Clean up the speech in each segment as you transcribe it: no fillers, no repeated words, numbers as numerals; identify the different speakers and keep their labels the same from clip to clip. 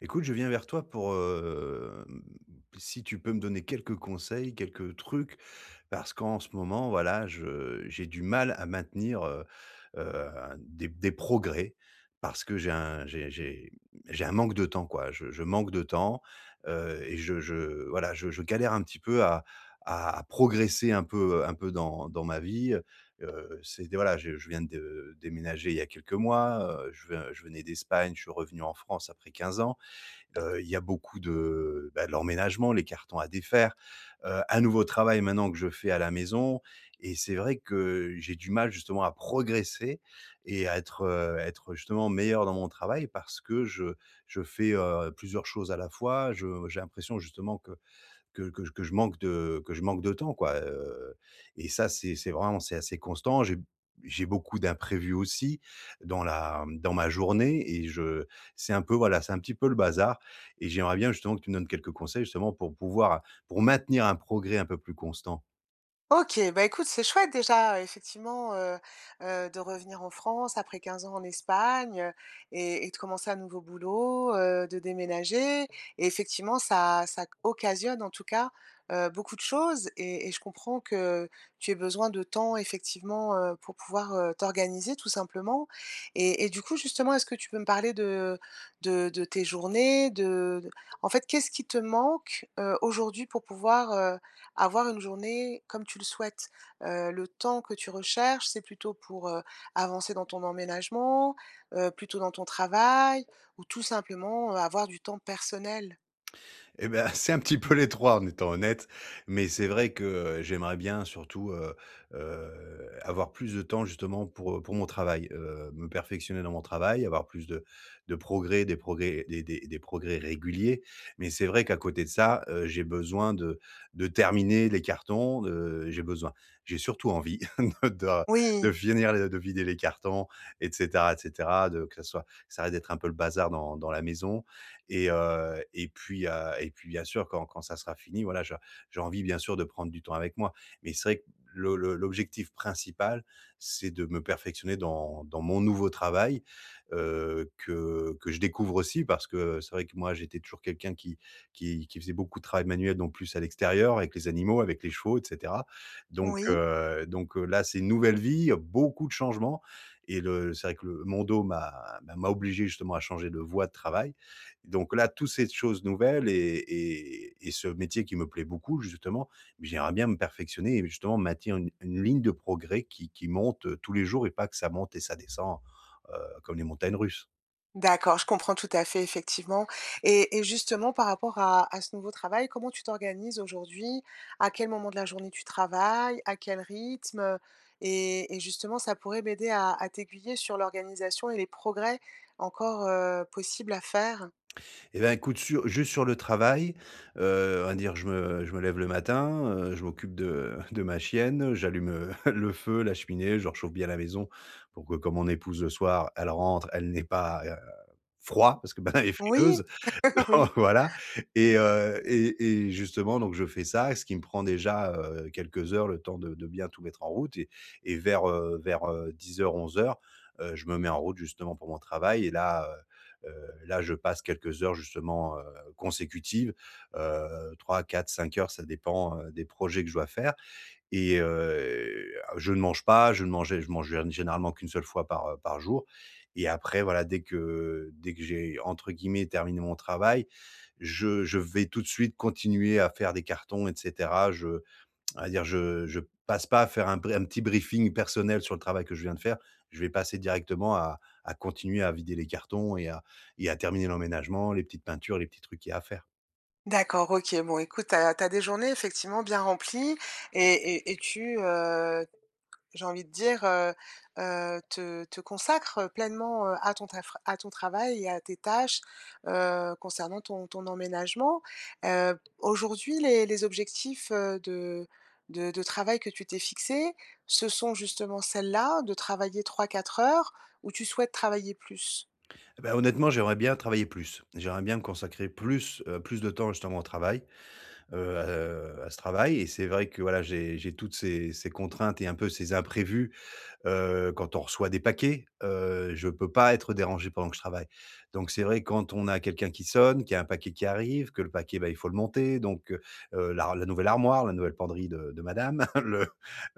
Speaker 1: Écoute, je viens vers toi pour si tu peux me donner quelques conseils, quelques trucs, parce qu'en ce moment, voilà, j'ai du mal à maintenir des progrès parce que j'ai un manque de temps, quoi. Je manque de temps et voilà, je galère un petit peu à progresser un peu dans ma vie. Voilà, je viens de déménager il y a quelques mois, je venais d'Espagne, je suis revenu en France après 15 ans. Il y a beaucoup bah, de l'emménagement, les cartons à défaire, un nouveau travail maintenant que je fais à la maison, et c'est vrai que j'ai du mal justement à progresser et à être justement meilleur dans mon travail parce que je fais, plusieurs choses à la fois. Je J'ai l'impression justement que je manque de que je manque de temps, quoi. Et ça, c'est assez constant. J'ai beaucoup d'imprévus aussi dans ma journée, et je voilà, c'est un petit peu le bazar, et j'aimerais bien justement que tu me donnes quelques conseils justement pour maintenir un progrès un peu plus constant.
Speaker 2: OK, bah, écoute, c'est chouette déjà, effectivement, de revenir en France après 15 ans en Espagne, et de commencer un nouveau boulot, de déménager et effectivement ça occasionne en tout cas, beaucoup de choses et je comprends que tu aies besoin de temps effectivement, pour pouvoir, t'organiser tout simplement et du coup justement, est-ce que tu peux me parler de tes journées, en fait, qu'est-ce qui te manque, aujourd'hui pour pouvoir, avoir une journée comme tu le souhaites. Le temps que tu recherches, c'est plutôt pour, avancer dans ton emménagement, plutôt dans ton travail ou tout simplement, avoir du temps personnel?
Speaker 1: Eh ben, c'est un petit peu les 3 en étant honnête, mais c'est vrai que, j'aimerais bien surtout, avoir plus de temps justement pour mon travail, me perfectionner dans mon travail, avoir plus de progrès, des progrès réguliers. Mais c'est vrai qu'à côté de ça, j'ai besoin de terminer les cartons, j'ai surtout envie de de
Speaker 2: Oui,
Speaker 1: de vider les cartons, et cetera, et cetera, de que ça soit que ça arrête d'être un peu le bazar dans la maison. Et, heu, et puis, heu, et puis bien sûr quand ça sera fini, voilà, je j'ai envie bien sûr de prendre du temps avec moi. Mais c'est vrai que le l'objectif principal, c'est de me perfectionner dans mon nouveau travail, que je découvre aussi, parce que c'est vrai que moi j'étais toujours quelqu'un qui faisait beaucoup de travail manuel, donc plus à l'extérieur, avec les animaux, avec les chevaux, et cetera. Donc,
Speaker 2: oui,
Speaker 1: heu, donc, heu, là c'est une nouvelle vie, beaucoup de changements, et le c'est vrai que le mon dos m'a bah, m'a obligé justement à changer de voie de travail. Donc là, toutes ces choses nouvelles, et ce métier qui me plaît beaucoup justement, j'aimerais bien me perfectionner, et justement maintenir une ligne de progrès qui monte, tous les jours, et pas que ça monte et ça descend, heu, comme les montagnes russes.
Speaker 2: d'accord, je comprends tout à fait, effectivement et justement par rapport à ce nouveau travail, comment tu t'organises aujourd'hui? À quel moment de la journée tu travailles? À quel rythme? Et justement, ça pourrait m'aider à t'aiguiller sur l'organisation et les progrès encore, possibles à faire.
Speaker 1: Eh bien, écoute, sur le travail, on va dire, je me lève le matin, je m'occupe de de ma chienne, j'allume, le feu, la cheminée, je réchauffe bien la maison pour que, comme mon épouse le soir, elle rentre, elle n'ait pas, froid, parce que, ben, elle est
Speaker 2: Oui,
Speaker 1: frileuse.
Speaker 2: oui.
Speaker 1: Voilà. Et justement, donc je fais ça, ce qui me prend déjà, quelques heures, le temps de bien tout mettre en route, et vers 10:00-11:00, je me mets en route justement pour mon travail. Et là, là je passe quelques heures justement, consécutives, 3-4-5 heures, ça dépend, des projets que je dois faire. Et je ne mange pas, je ne mangeais je mange généralement qu'une seule fois par jour, et après, voilà, dès que j'ai entre guillemets «terminé mon travail», je vais tout de suite continuer à faire des cartons, et cetera. Je On va dire, je passe pas à faire un petit briefing personnel sur le travail que je viens de faire. Je vais passer directement à continuer à vider les cartons, et à terminer l'emménagement, les petites peintures, les petits trucs qu'il y a à faire.
Speaker 2: D'accord, OK. Bon, écoute, t'as as des journées effectivement bien remplies et et tu, j'ai envie de dire, te te consacres pleinement, à ton taf, à ton travail et à tes tâches, concernant ton emménagement. Aujourd'hui, les objectifs, de travail que tu t'es fixés, ce sont justement celles-là, de travailler 3 4 heures ou tu souhaites travailler plus?
Speaker 1: Bah, honnêtement, j'aimerais bien travailler plus. J'aimerais bien me consacrer plus de temps justement au travail, heu, à ce travail. Et c'est vrai que, voilà, j'ai toutes ces contraintes, et un peu ces imprévus, quand on reçoit des paquets, je peux pas être dérangé pendant que je travaille. Donc c'est vrai, quand on a quelqu'un qui sonne, qu'il y a un paquet qui arrive, que le paquet, bah, il faut le monter. Donc, la nouvelle armoire, la nouvelle penderie de madame, le,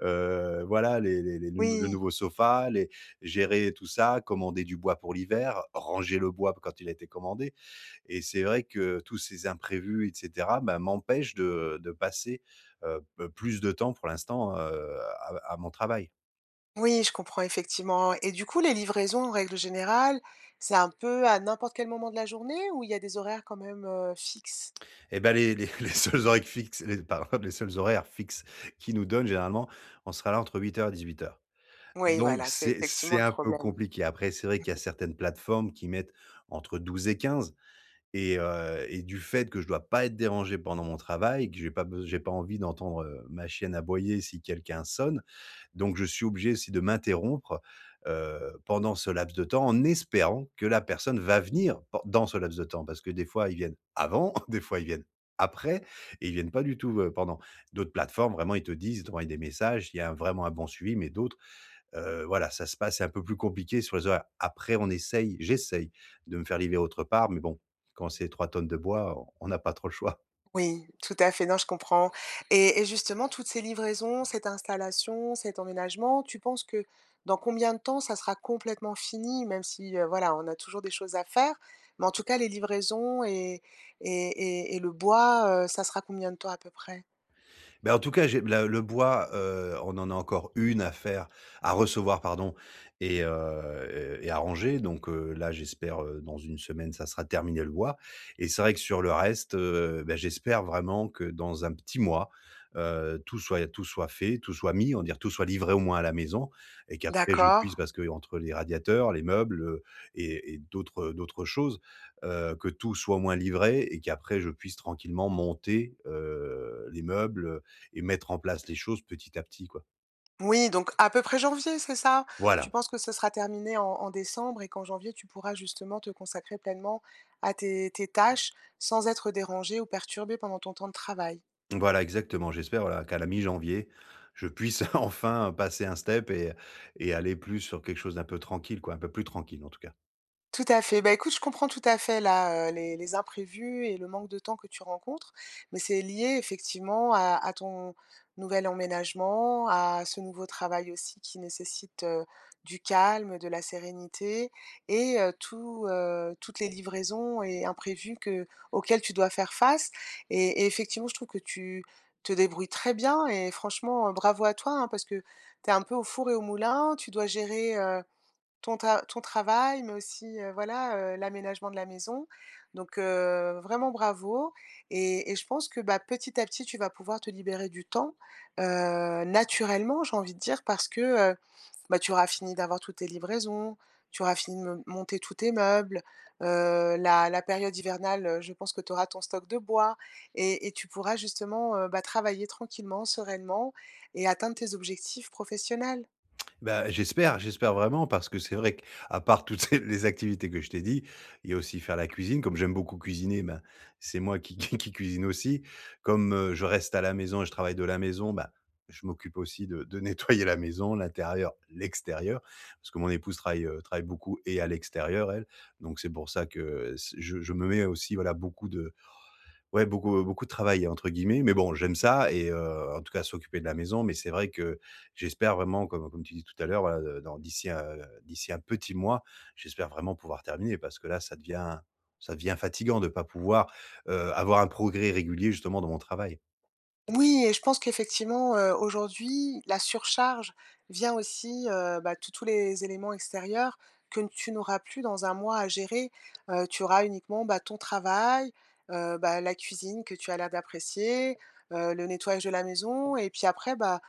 Speaker 1: voilà, les le
Speaker 2: Oui.
Speaker 1: nouveau sofa, les gérer tout ça, commander du bois pour l'hiver, ranger le bois quand il a été commandé. Et c'est vrai que tous ces imprévus, et cetera, bah, m'empêchent de passer, p plus de temps pour l'instant, à mon travail.
Speaker 2: Oui, je comprends effectivement et du coup, les livraisons, en règle générale, c'est un peu à n'importe quel moment de la journée ou il y a des horaires quand même, fixes?
Speaker 1: Et ben, les les seuls horaires fixes les pardon, les seuls horaires fixes qui nous donnent généralement, on sera là entre 8 heures et 18 heures.
Speaker 2: Oui,
Speaker 1: Donc
Speaker 2: voilà, c'est effectivement
Speaker 1: c'est
Speaker 2: le
Speaker 1: un peu
Speaker 2: problème.
Speaker 1: compliqué. Après, c'est vrai qu'il y a certaines plateformes qui mettent entre 12 et 15. Et du fait que je dois pas être dérangé pendant mon travail, que j'ai pas envie d'entendre, ma chienne aboyer si quelqu'un sonne, donc je suis obligé aussi de m'interrompre, pendant ce laps de temps, en espérant que la personne va venir pen dans ce laps de temps. Parce que des fois, ils viennent avant, des fois ils viennent après, et ils viennent pas du tout, pendant. D'autres plateformes, vraiment, ils te disent, ils t'envoient des messages, il y a vraiment un bon suivi. Mais d'autres, voilà, c'est un peu plus compliqué sur les horaires. Après, on essaye j'essaye de me faire livrer autre part, mais bon, quand c'est 3 tonnes de bois, on n'a pas trop le choix.
Speaker 2: Oui, tout à fait, non, je comprends et justement toutes ces livraisons, cette installation, cet emménagement, tu penses que dans combien de temps ça sera complètement fini? Même si, voilà, on a toujours des choses à faire, mais en tout cas les livraisons et et le bois, ça sera combien de temps à peu près?
Speaker 1: Bah, en tout cas, j'ai la le bois, on en a encore une à faire à recevoir, pardon, et à ranger. Donc, là j'espère, dans une semaine, ça sera terminé le bois. Et c'est vrai que sur le reste, bah, j'espère vraiment que dans un petit mois, tout soit fait, tout soit mis, on dire tout soit livré au moins à la maison, et qu'après je
Speaker 2: D'accord.
Speaker 1: puisse, parce que entre les radiateurs, les meubles, et d'autres choses, que tout soit au moins livré, et qu'après je puisse tranquillement monter, les meubles, et mettre en place les choses petit à petit, quoi.
Speaker 2: Oui, donc à peu près janvier, c'est ça? Tu
Speaker 1: Voilà,
Speaker 2: penses que ce sera terminé en décembre et qu'en janvier tu pourras justement te consacrer pleinement à tes tâches sans être dérangé ou perturbé pendant ton temps de travail?
Speaker 1: voilà exactement. J'espère, voilà, qu'à la mi-janvier, je puisse enfin passer un step et aller plus sur quelque chose d'un peu tranquille, quoi, un peu plus tranquille, en tout cas.
Speaker 2: Tout à fait. Bah, écoute, je comprends tout à fait là, les imprévus et le manque de temps que tu rencontres, mais c'est lié effectivement à ton nouvel emménagement, à ce nouveau travail aussi qui nécessite, du calme, de la sérénité et tout, toutes les livraisons et imprévus que auxquels tu dois faire face et effectivement, je trouve que tu te débrouilles très bien et franchement, bravo à toi, hein, parce que tu es un peu au four et au moulin. Tu dois gérer, ton ta ton travail, mais aussi, voilà, l'aménagement de la maison. Donc, vraiment bravo et je pense que, bah, petit à petit, tu vas pouvoir te libérer du temps, heu, naturellement, j'ai envie de dire, parce que, heu, bah, tu auras fini d'avoir toutes tes livraisons, tu auras fini de me monter tous tes meubles, la période hivernale, je pense que tu auras ton stock de bois et tu pourras justement, bah, travailler tranquillement, sereinement et atteindre tes objectifs professionnels.
Speaker 1: Bah, j'espère vraiment, parce que c'est vrai qu'à part toutes ces les activités que je t'ai dit, il y a aussi faire la cuisine. Comme j'aime beaucoup cuisiner, ben, c'est moi qui cuisine aussi. Comme, je reste à la maison et je travaille de la maison, ben je m'occupe aussi de nettoyer la maison, l'intérieur, l'extérieur. Parce que mon épouse travaille beaucoup et à l'extérieur, elle. Donc c'est pour ça que, je me mets aussi, voilà, beaucoup de ouais, beaucoup beaucoup de travail, entre guillemets, mais bon, j'aime ça. En tout cas, s'occuper de la maison. Mais c'est vrai que j'espère vraiment, comme tu dis tout à l'heure, voilà, dans d'ici à d'ici un petit mois, j'espère vraiment pouvoir terminer, parce que là, ça devient fatigant de ne pas pouvoir, avoir un progrès régulier justement dans mon travail.
Speaker 2: Oui et je pense qu'effectivement, aujourd'hui, la surcharge vient aussi, bah, tous les éléments extérieurs que tu n'auras plus dans un mois à gérer. Tu auras uniquement, bah, ton travail, bah, la cuisine que tu as l'air d'apprécier, le nettoyage de la maison et puis après, bah,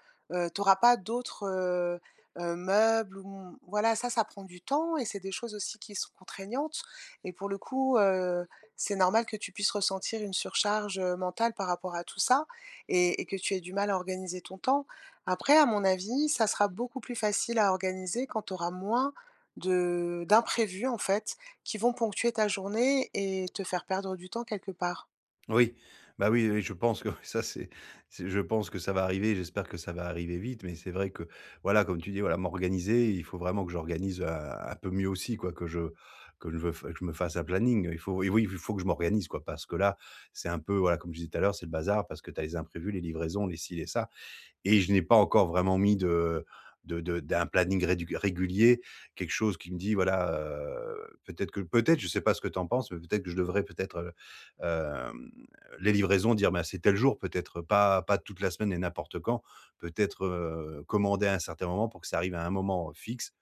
Speaker 2: tu auras pas d'autres, meubles ou mmh, voilà, ça prend du temps et c'est des choses aussi qui sont contraignantes et pour le coup, c'est normal que tu puisses ressentir une surcharge, mentale par rapport à tout ça et que tu aies du mal à organiser ton temps. Après, à mon avis, ça sera beaucoup plus facile à organiser quand tu auras moins de d'imprévus, en fait, qui vont ponctuer ta journée et te faire perdre du temps quelque part.
Speaker 1: Oui, bah, oui, oui, je pense que ça c'est je pense que ça va arriver, j'espère que ça va arriver vite. Mais c'est vrai que, voilà, comme tu dis, voilà, m'organiser, il faut vraiment que j'organise, un peu mieux aussi, quoi, que je me fasse un planning. Il faut que je m'organise, quoi, parce que là, c'est un peu, voilà, comme je disais tout à l'heure, c'est le bazar, parce que tu as les imprévus, les livraisons, les ci, les ça, et je n'ai pas encore vraiment mis de d'un planning rédu régulier, quelque chose qui me dit, voilà, peut-être, je sais pas ce que tu en penses, mais peut-être que je devrais peut-être, heu, hem, les livraisons, dire: «Bah, c'est tel jour», peut-être pas toute la semaine et n'importe quand. Peut-être, commander à un certain moment pour que ça arrive à un moment fixe.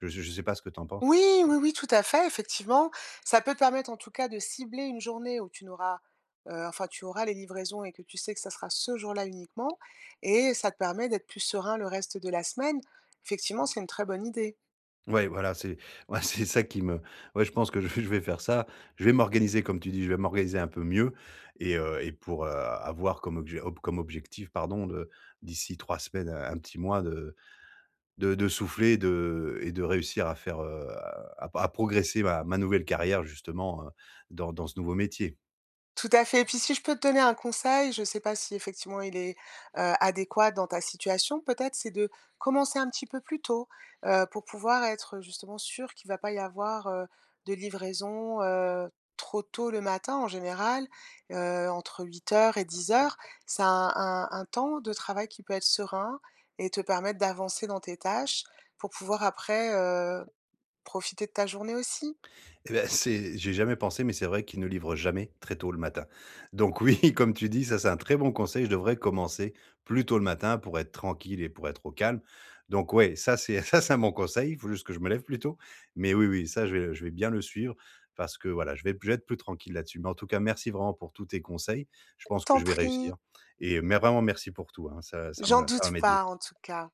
Speaker 1: Je ne sais pas ce que tu en penses?
Speaker 2: Oui, oui, oui, tout à fait, effectivement. Ça peut te permettre en tout cas de cibler une journée où tu n'auras, enfin tu auras les livraisons et que tu sais que ça sera ce jour-là uniquement et ça te permet d'être plus serein le reste de la semaine. Effectivement, c'est une très bonne idée.
Speaker 1: Ouais, voilà, c'est ouais, c'est ça qui me ouais, je pense que je je vais faire ça. Je vais m'organiser comme tu dis, je vais m'organiser un peu mieux, et avoir comme obje ob comme objectif, pardon, de d'ici 3 semaines à un petit mois, de souffler, de réussir à faire, à progresser ma nouvelle carrière justement, dans ce nouveau métier.
Speaker 2: Tout à fait. Et puis si je peux te donner un conseil, je ne sais pas si effectivement il est, adéquat dans ta situation, peut-être c'est de commencer un petit peu plus tôt, pour pouvoir être justement sûr qu'il ne va pas y avoir, de livraison, trop tôt le matin en général, entre 8 heures et 10 heures. C'est un temps de travail qui peut être serein et te permettre d'avancer dans tes tâches pour pouvoir après, profiter de ta journée aussi.
Speaker 1: Eh beh, c'est j'ai jamais pensé. Mais c'est vrai qu'ils ne livrent jamais très tôt le matin. Donc oui, comme tu dis, ça, c'est un très bon conseil. Je devrais commencer plus tôt le matin pour être tranquille et pour être au calme. Donc ouais, ça, c'est ça, c'est un bon conseil. Il faut juste que je me lève plus tôt. Mais oui, oui, ça, je vais bien le suivre, parce que, voilà, je vais être plus tranquille là-dessus. Mais en tout cas, merci vraiment pour tous tes conseils. Je pense que
Speaker 2: T'en
Speaker 1: je vais
Speaker 2: prie,
Speaker 1: réussir, mais vraiment merci pour tout, hein.
Speaker 2: j'en
Speaker 1: Ça va
Speaker 2: doute pas
Speaker 1: m'aider.
Speaker 2: en tout cas.